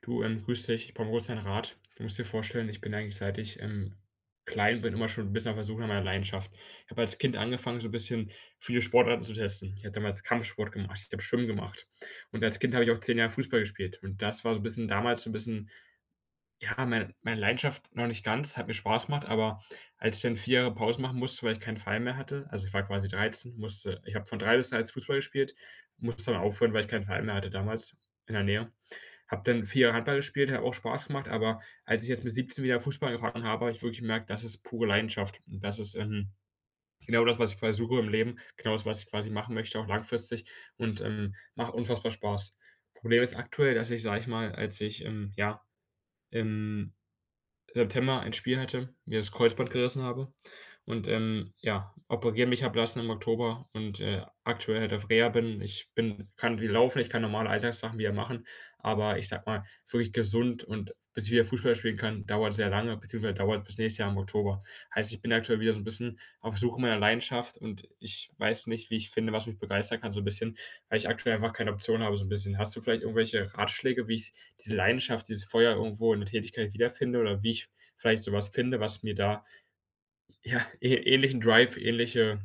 Du, grüß dich, ich brauche mal kurz deinen Rat. Du musst dir vorstellen, ich bin eigentlich, seit ich klein bin, immer schon ein bisschen auf der Suche nach meiner Leidenschaft. Ich habe als Kind angefangen, so ein bisschen viele Sportarten zu testen. Ich habe damals Kampfsport gemacht, ich habe Schwimmen gemacht, und als Kind habe ich auch 10 Jahre Fußball gespielt. Und das war so ein bisschen damals, so ein bisschen, ja, meine Leidenschaft noch nicht ganz, hat mir Spaß gemacht. Aber als ich dann 4 Jahre Pause machen musste, weil ich keinen Verein mehr hatte, also, ich war quasi 13, musste ich habe von 3 bis 13 Fußball gespielt, musste dann aufhören, weil ich keinen Verein mehr hatte damals in der Nähe, habe dann 4 Jahre Handball gespielt, hat auch Spaß gemacht. Aber als ich jetzt mit 17 wieder Fußball angefangen habe, habe ich wirklich gemerkt, das ist pure Leidenschaft. Und das ist, genau das, was ich quasi suche im Leben, genau das, was ich quasi machen möchte, auch langfristig, und macht unfassbar Spaß. Problem ist aktuell, dass ich, sage ich mal, als ich ja, im September ein Spiel hatte, mir das Kreuzband gerissen habe und ja, operieren mich habe lassen im Oktober und aktuell halt auf Reha bin. Ich bin kann wieder laufen, ich kann normale Alltagssachen wieder machen, aber ich sage mal, wirklich gesund und bis ich wieder Fußball spielen kann, dauert sehr lange, beziehungsweise dauert bis nächstes Jahr im Oktober. Heißt, ich bin aktuell wieder so 'n bisschen auf Suche meiner Leidenschaft und ich weiß nicht, wie ich finde, was mich begeistern kann, so 'n bisschen, weil ich aktuell einfach keine Option habe, so 'n bisschen. Hast du vielleicht irgendwelche Ratschläge, wie ich diese Leidenschaft, dieses Feuer irgendwo in der Tätigkeit wiederfinde, oder wie ich vielleicht so was finde, was mir da, ja, ähnlichen Drive, ähnliche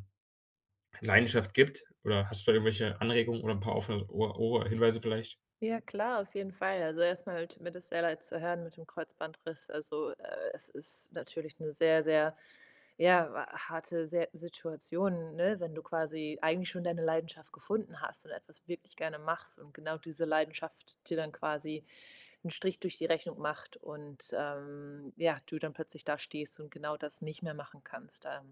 Leidenschaft gibt? Oder hast du da irgendwelche Anregungen oder ein paar offene Ohr- Hinweise vielleicht? Ja, klar, auf jeden Fall. Also, erstmal mal tut mir das sehr leid zu hören mit dem Kreuzbandriss. Also, es ist natürlich eine sehr, sehr, ja, wa harte sehr Situation, ne, wenn du quasi eigentlich schon deine Leidenschaft gefunden hast und etwas wirklich gerne machst und genau diese Leidenschaft dir dann quasi einen Strich durch die Rechnung macht und, ja, du dann plötzlich da stehst und genau das nicht mehr machen kannst. Ähm,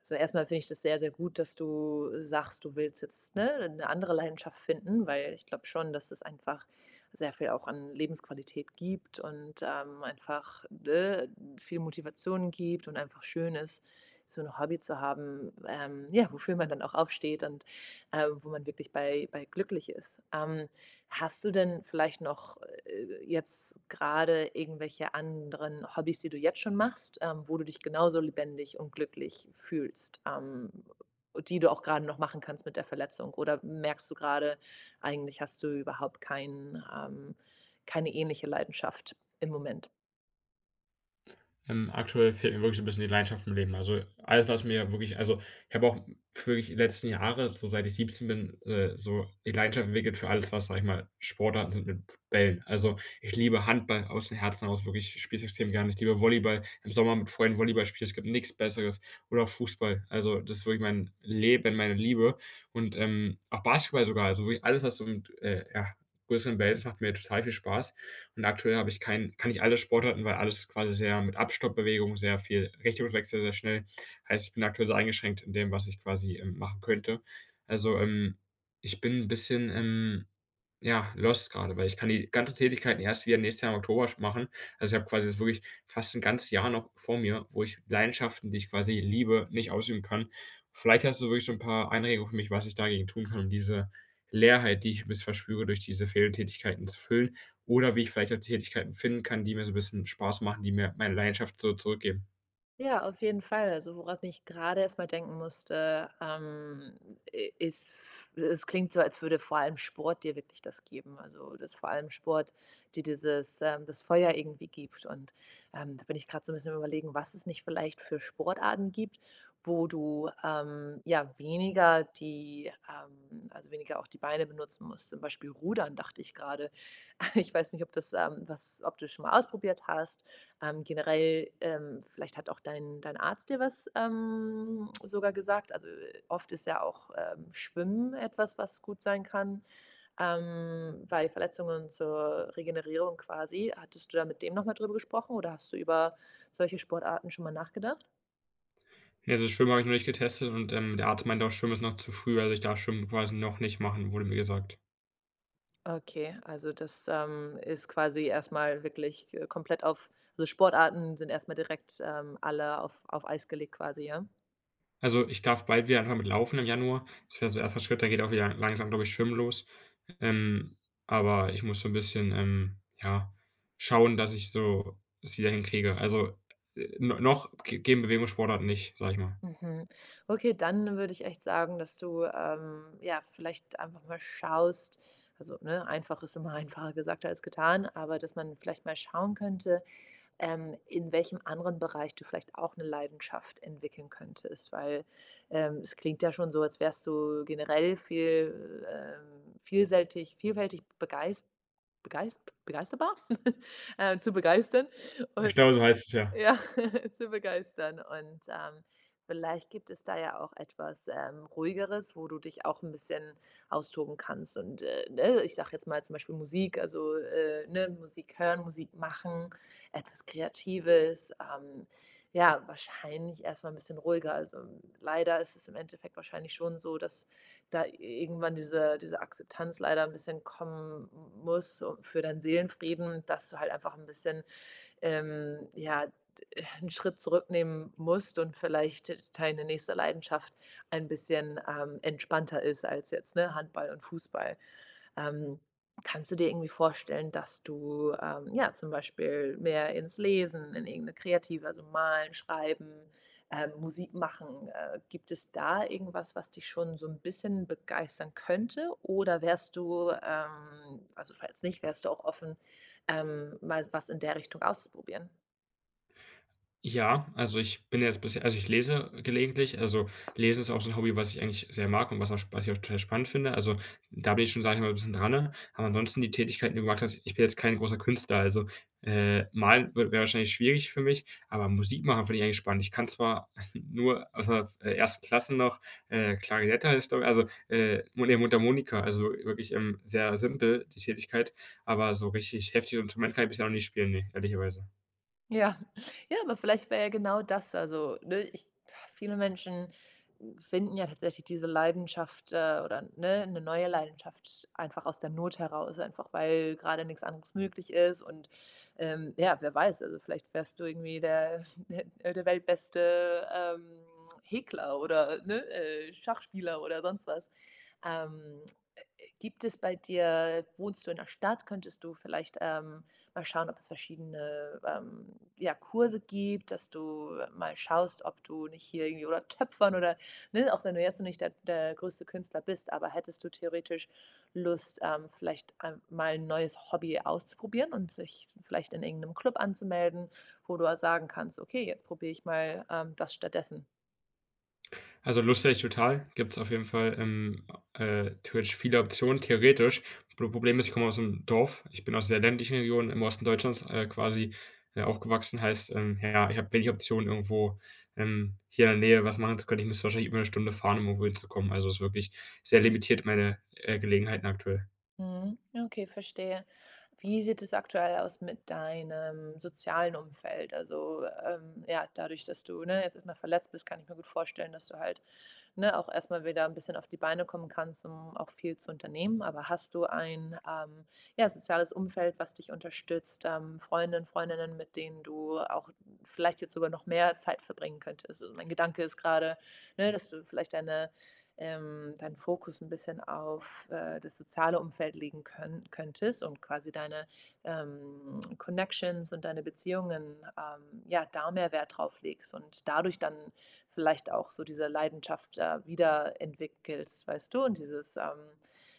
also, erstmal finde ich das sehr, sehr gut, dass du sagst, du willst jetzt, ne, 'ne andere Leidenschaft finden, weil ich glaube schon, dass es einfach sehr viel auch an Lebensqualität gibt und, einfach, ne, viel Motivation gibt und einfach schön ist, so ein Hobby zu haben, ja, wofür man dann auch aufsteht und, wo man wirklich bei glücklich ist. Hast du denn vielleicht noch, jetzt gerade irgendwelche anderen Hobbys, die du jetzt schon machst, wo du dich genauso lebendig und glücklich fühlst, die du auch gerade noch machen kannst mit der Verletzung? Oder merkst du gerade, eigentlich hast du überhaupt kein, keine ähnliche Leidenschaft im Moment? Aktuell fehlt mir wirklich so 'n bisschen die Leidenschaft im Leben. Also, alles, was mir wirklich, also, ich habe auch wirklich die letzten Jahre, so seit ich 17 bin, so die Leidenschaft entwickelt für alles, was, sage ich mal, Sportarten sind mit Bällen. Also, ich liebe Handball aus dem Herzen heraus wirklich, ich spiele es extrem gerne. Ich liebe Volleyball, im Sommer mit Freunden Volleyball spielen, es gibt nix Besseres, oder auch Fußball. Also, das ist wirklich mein Leben, meine Liebe, und auch Basketball sogar, also wirklich alles, was so mit ja, größeren Bällen ist, macht mir total viel Spaß. Und aktuell habe ich kein, kann ich alle Sportarten, weil alles quasi sehr mit Abstoppbewegung, sehr viel Richtungswechsel, sehr schnell. Heißt, ich bin aktuell sehr eingeschränkt in dem, was ich quasi machen könnte. Also, ich bin ein bisschen, ja, lost gerade, weil ich kann die ganzen Tätigkeiten erst wieder nächstes Jahr im Oktober machen. Also, ich habe quasi jetzt wirklich fast ein ganzes Jahr noch vor mir, wo ich Leidenschaften, die ich quasi liebe, nicht ausüben kann. Vielleicht hast du wirklich so ein paar Einregungen für mich, was ich dagegen tun kann, um diese Leerheit, die ich bisschen verspüre durch diese fehlenden Tätigkeiten, zu füllen, oder wie ich vielleicht auch Tätigkeiten finden kann, die mir so 'n bisschen Spaß machen, die mir meine Leidenschaft so zurückgeben. Ja, auf jeden Fall. Also, woran ich gerade erst mal denken musste, i ist es klingt so, als würde vor allem Sport dir wirklich das geben. Also, dass vor allem Sport dir dieses das Feuer irgendwie gibt. Und, da bin ich gerade so ein bisschen am Überlegen, was es nicht vielleicht für Sportarten gibt, wo du, ja, weniger auch die Beine benutzen musst. Zum Beispiel Rudern, dachte ich gerade. Ich weiß nicht, ob das, was ob du es schon mal ausprobiert hast. Generell, vielleicht hat auch dein Arzt dir was, sogar gesagt. Also, oft ist ja auch, Schwimmen etwas, was gut sein kann, bei Verletzungen zur Regenerierung quasi. Hattest du da mit dem noch mal drüber gesprochen oder hast du über solche Sportarten schon mal nachgedacht? Ja, also Schwimmen habe ich noch nicht getestet, und der Arzt meinte auch, Schwimmen ist noch zu früh. Also, ich darf Schwimmen quasi noch nicht machen, wurde mir gesagt. Okay, also das, ist quasi erst mal wirklich, komplett auf also Sportarten sind erst mal direkt, alle auf Eis gelegt quasi, ja? Also, ich darf bald wieder anfangen mit Laufen im Januar. Das wäre so erster Schritt, dann geht auch wieder langsam, glaube ich, Schwimmen los. Ähm, aber ich muss so 'n bisschen, ja, schauen, dass ich so es wieder hinkriege. Also, no noch g gehen Bewegungssportarten nicht, sage ich mal. Mhm. Okay, dann würde ich echt sagen, dass du ja, vielleicht einfach mal schaust, also ne, einfach ist immer einfacher gesagt als getan, aber dass man vielleicht mal schauen könnte, in welchem anderen Bereich du vielleicht auch eine Leidenschaft entwickeln könntest, weil es klingt ja schon so, als wärst du generell viel vielseitig, vielfältig begeist, begeisterbar, zu begeistern. Ich glaube, so heißt es, ja. Ja, zu begeistern und, vielleicht gibt es da ja auch etwas, Ruhigeres, wo du dich auch ein bisschen austoben kannst und, ne, ich sage jetzt mal zum Beispiel Musik, also, ne, Musik hören, Musik machen, etwas Kreatives, ja, wahrscheinlich erstmal ein bisschen ruhiger. Also, leider ist es im Endeffekt wahrscheinlich schon so, dass da irgendwann diese Akzeptanz leider ein bisschen kommen m muss um- für deinen Seelenfrieden, dass du halt einfach ein bisschen ja, einen Schritt zurücknehmen musst und vielleicht deine nächste Leidenschaft ein bisschen, entspannter ist als jetzt, ne, Handball und Fußball. Ähm, Kannst du dir irgendwie vorstellen, dass du, ja, zum Beispiel mehr ins Lesen, in irgendeine kreative, Malen, Schreiben, Musik machen gibt es da irgendwas, was dich schon so ein bisschen begeistern könnte? Oder wärst du, falls nicht, wärst du auch offen, mal was in der Richtung auszuprobieren? Ja, also ich bin jetzt bisher, also ich lese gelegentlich. Also, Lesen ist auch so ein Hobby, was ich eigentlich sehr mag und was ich auch total spannend finde. Also, da bin ich schon, sage ich mal, 'n bisschen dran, ne? Aber ansonsten die Tätigkeiten, die du gemacht hast, ich bin jetzt kein großer Künstler, also, malen wäre wahrscheinlich schwierig für mich, aber Musik machen finde ich eigentlich spannend. Ich kann zwar nur aus der f 1. Klasse noch, Klarinette heißt glaube, also, Mu ne, Mundharmonika, also wirklich, sehr simpel die Tätigkeit, aber so richtig heftiges Instrument kann ich bisher noch nicht spielen, ne, ehrlicherweise. Ja, ja, aber vielleicht wäre ja genau das also, ne, ich viele Menschen finden ja tatsächlich diese Leidenschaft, oder, ne, 'ne neue Leidenschaft einfach aus der Not heraus, einfach weil gerade nichts anderes möglich ist und, ja, wer weiß, also, vielleicht wärst du irgendwie der der weltbeste, Häkler oder, ne, Schachspieler oder sonst was. Ähm, Gibt es bei dir Wohnst du in der Stadt? Könntest du vielleicht, mal schauen, ob es verschiedene, ja, Kurse gibt, dass du mal schaust, ob du nicht hier irgendwie oder töpfern oder ne, auch wenn du jetzt noch nicht der größte Künstler bist, aber hättest du theoretisch Lust, vielleicht mal ein neues Hobby auszuprobieren und sich vielleicht in irgendeinem Club anzumelden, wo du sagen kannst: „Okay, jetzt probiere ich mal, das stattdessen?“ Also, lustig total. Gibt's auf jeden Fall, theoretisch viele Optionen, theoretisch. Problem ist, ich komme aus einem Dorf. Ich bin aus der ländlichen Region im Osten Deutschlands, quasi, aufgewachsen. Heißt, ja, ich habe wenig Optionen, irgendwo, hier in der Nähe was machen zu können. Ich müsste wahrscheinlich über eine Stunde fahren, um irgendwo hinzukommen. Also, ist wirklich sehr limitiert, meine, Gelegenheiten aktuell. Mhm. Okay, verstehe. Wie sieht es aktuell aus mit deinem sozialen Umfeld? Also, ja, dadurch, dass du, ne, jetzt erstmal verletzt bist, kann ich mir gut vorstellen, dass du halt ne, auch erstmal wieder ein bisschen auf die Beine kommen kannst, um auch viel zu unternehmen. Aber hast du ein, ja, soziales Umfeld, was dich unterstützt, Freundinnen, mit denen du auch vielleicht jetzt sogar noch mehr Zeit verbringen könntest? Also, mein Gedanke ist gerade, ne, dass du vielleicht deinen Fokus ein bisschen auf, das soziale Umfeld legen könn könntest und quasi deine, Connections und deine Beziehungen, ja, da mehr Wert drauf legst und dadurch dann vielleicht auch so diese Leidenschaft da wiederentwickelst, weißt du? Und dieses,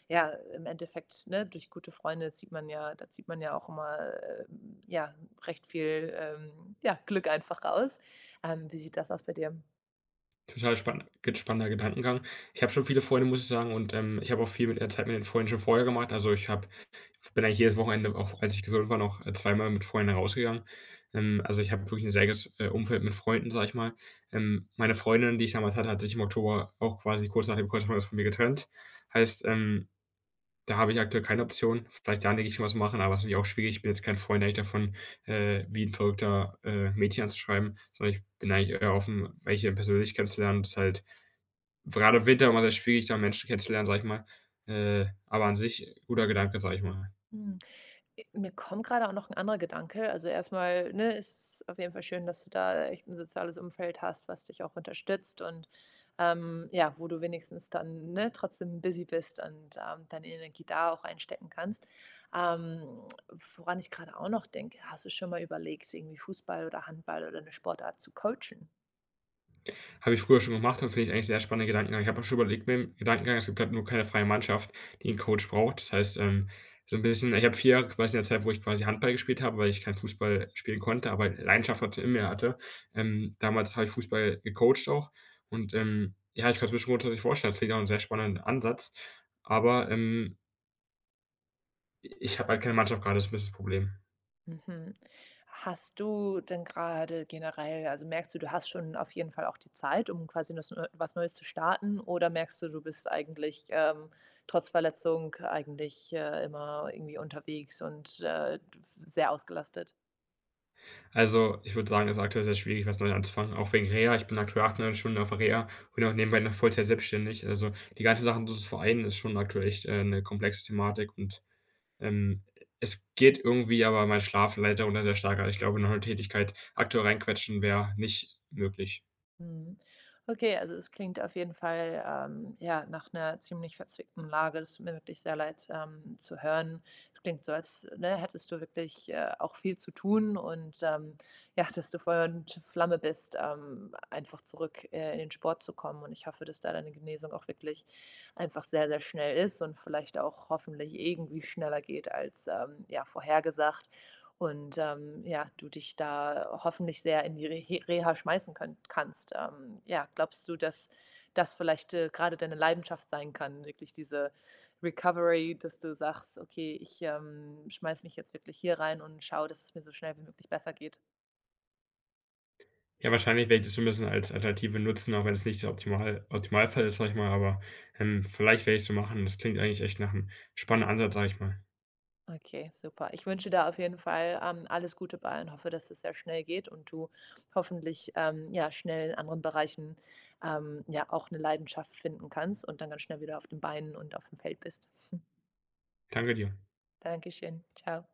ja, im Endeffekt, ne, durch gute Freunde zieht man ja auch immer, ja, recht viel, ja, Glück einfach raus. Wie sieht das aus bei dir? Total spannender Gedankengang. Ich habe schon viele Freunde, muss ich sagen, und ich habe auch viel mit der Zeit mit den Freunden schon vorher gemacht. Also, ich bin eigentlich jedes Wochenende, auch als ich gesund war, noch zweimal mit Freunden rausgegangen. Also, ich habe wirklich ein sehr gutes Umfeld mit Freunden, sage ich mal. Meine Freundin, die ich damals hatte, hat sich im Oktober auch quasi kurz nach dem Kreuzbandriss von mir getrennt. Heißt, da habe ich aktuell keine Option. Vielleicht da ich was machen, aber es ist natürlich auch schwierig. Ich bin jetzt kein Freund eigentlich davon, wie 'n verrückter Mädchen anzuschreiben, sondern ich bin eigentlich eher offen, welche persönlich kennenzulernen. Das ist halt gerade im Winter immer sehr schwierig, da Menschen kennenzulernen, sage ich mal. Aber an sich guter Gedanke, sage ich mal. Mhm. Mir kommt gerade auch noch ein anderer Gedanke. Also, erstmal, ne, es ist auf jeden Fall schön, dass du da echt ein soziales Umfeld hast, was dich auch unterstützt und, ja, wo du wenigstens dann, ne, trotzdem busy bist und, deine Energie da auch einstecken kannst. Ähm, Woran ich gerade auch noch denke: Hast du schon mal überlegt, irgendwie Fußball oder Handball oder eine Sportart zu coachen? Habe ich früher schon gemacht und finde ich eigentlich einen sehr spannenden Gedankengang. Ich habe auch schon überlegt mit dem Gedankengang, es gibt grad nur keine freie Mannschaft, die 'n Coach braucht. Das heißt, so 'n bisschen, ich habe 4 Jahre quasi in der Zeit, wo ich quasi Handball gespielt habe, weil ich keinen Fußball spielen konnte, aber Leidenschaft dazu in mir hatte. Damals habe ich Fußball gecoacht auch, und ja, ich kann's mir schon grundsätzlich vorstellen. Das klingt nach 'nem sehr spannenden Ansatz, aber i ich habe halt keine Mannschaft grade, das ist 'n bisschen das Problem. Mhm. Hast du denn gerade generell also, merkst du, du hast schon auf jeden Fall auch die Zeit, um quasi das neu was Neues zu starten oder merkst du, du bist eigentlich, trotz Verletzung eigentlich, immer irgendwie unterwegs und, sehr ausgelastet? Also, ich würde sagen, es ist aktuell sehr schwierig, was neu anzufangen, auch wegen Reha. Ich bin aktuell 8 Stunden auf Reha, und auch nebenbei noch Vollzeit selbstständig. Also, die ganze Sache so zu vereinen, ist schon aktuell echt 'ne komplexe Thematik, und ähm, es geht irgendwie, aber mein Schlaf leidet darunter sehr stark. Also, ich glaube, noch 'ne Tätigkeit aktuell reinquetschen wäre nicht möglich. Mhm. Okay, also es klingt auf jeden Fall ja, nach einer ziemlich verzwickten Lage. Das tut mir wirklich sehr leid zu hören. Es klingt so, als ne, hättest du wirklich auch viel zu tun und ja, dass du Feuer und Flamme bist, einfach zurück in den Sport zu kommen. Und ich hoffe, dass da deine Genesung auch wirklich einfach sehr, sehr schnell ist und vielleicht auch hoffentlich irgendwie schneller geht als ja, vorhergesagt. Und, ja, du dich da hoffentlich sehr in die Rehe Reha schmeißen könn kannst. Ja, glaubst du, dass das vielleicht, grade deine Leidenschaft sein kann, wirklich diese Recovery, dass du sagst: „Okay, ich, schmeiße mich jetzt wirklich hier rein und schaue, dass es mir so schnell wie möglich besser geht?“ Ja, wahrscheinlich werde ich das so ein bisschen als Alternative nutzen, auch wenn es nicht der Optimalfall ist, sage ich mal, aber vielleicht werde ich's so machen. Das klingt eigentlich echt nach einem spannenden Ansatz, sage ich mal. Okay, super. Ich wünsche dir da auf jeden Fall, alles Gute bei und hoffe, dass es sehr schnell geht und du hoffentlich, ja, schnell in anderen Bereichen, ja, auch eine Leidenschaft finden kannst und dann ganz schnell wieder auf den Beinen und auf dem Feld bist. Danke dir. Dankeschön. Ciao.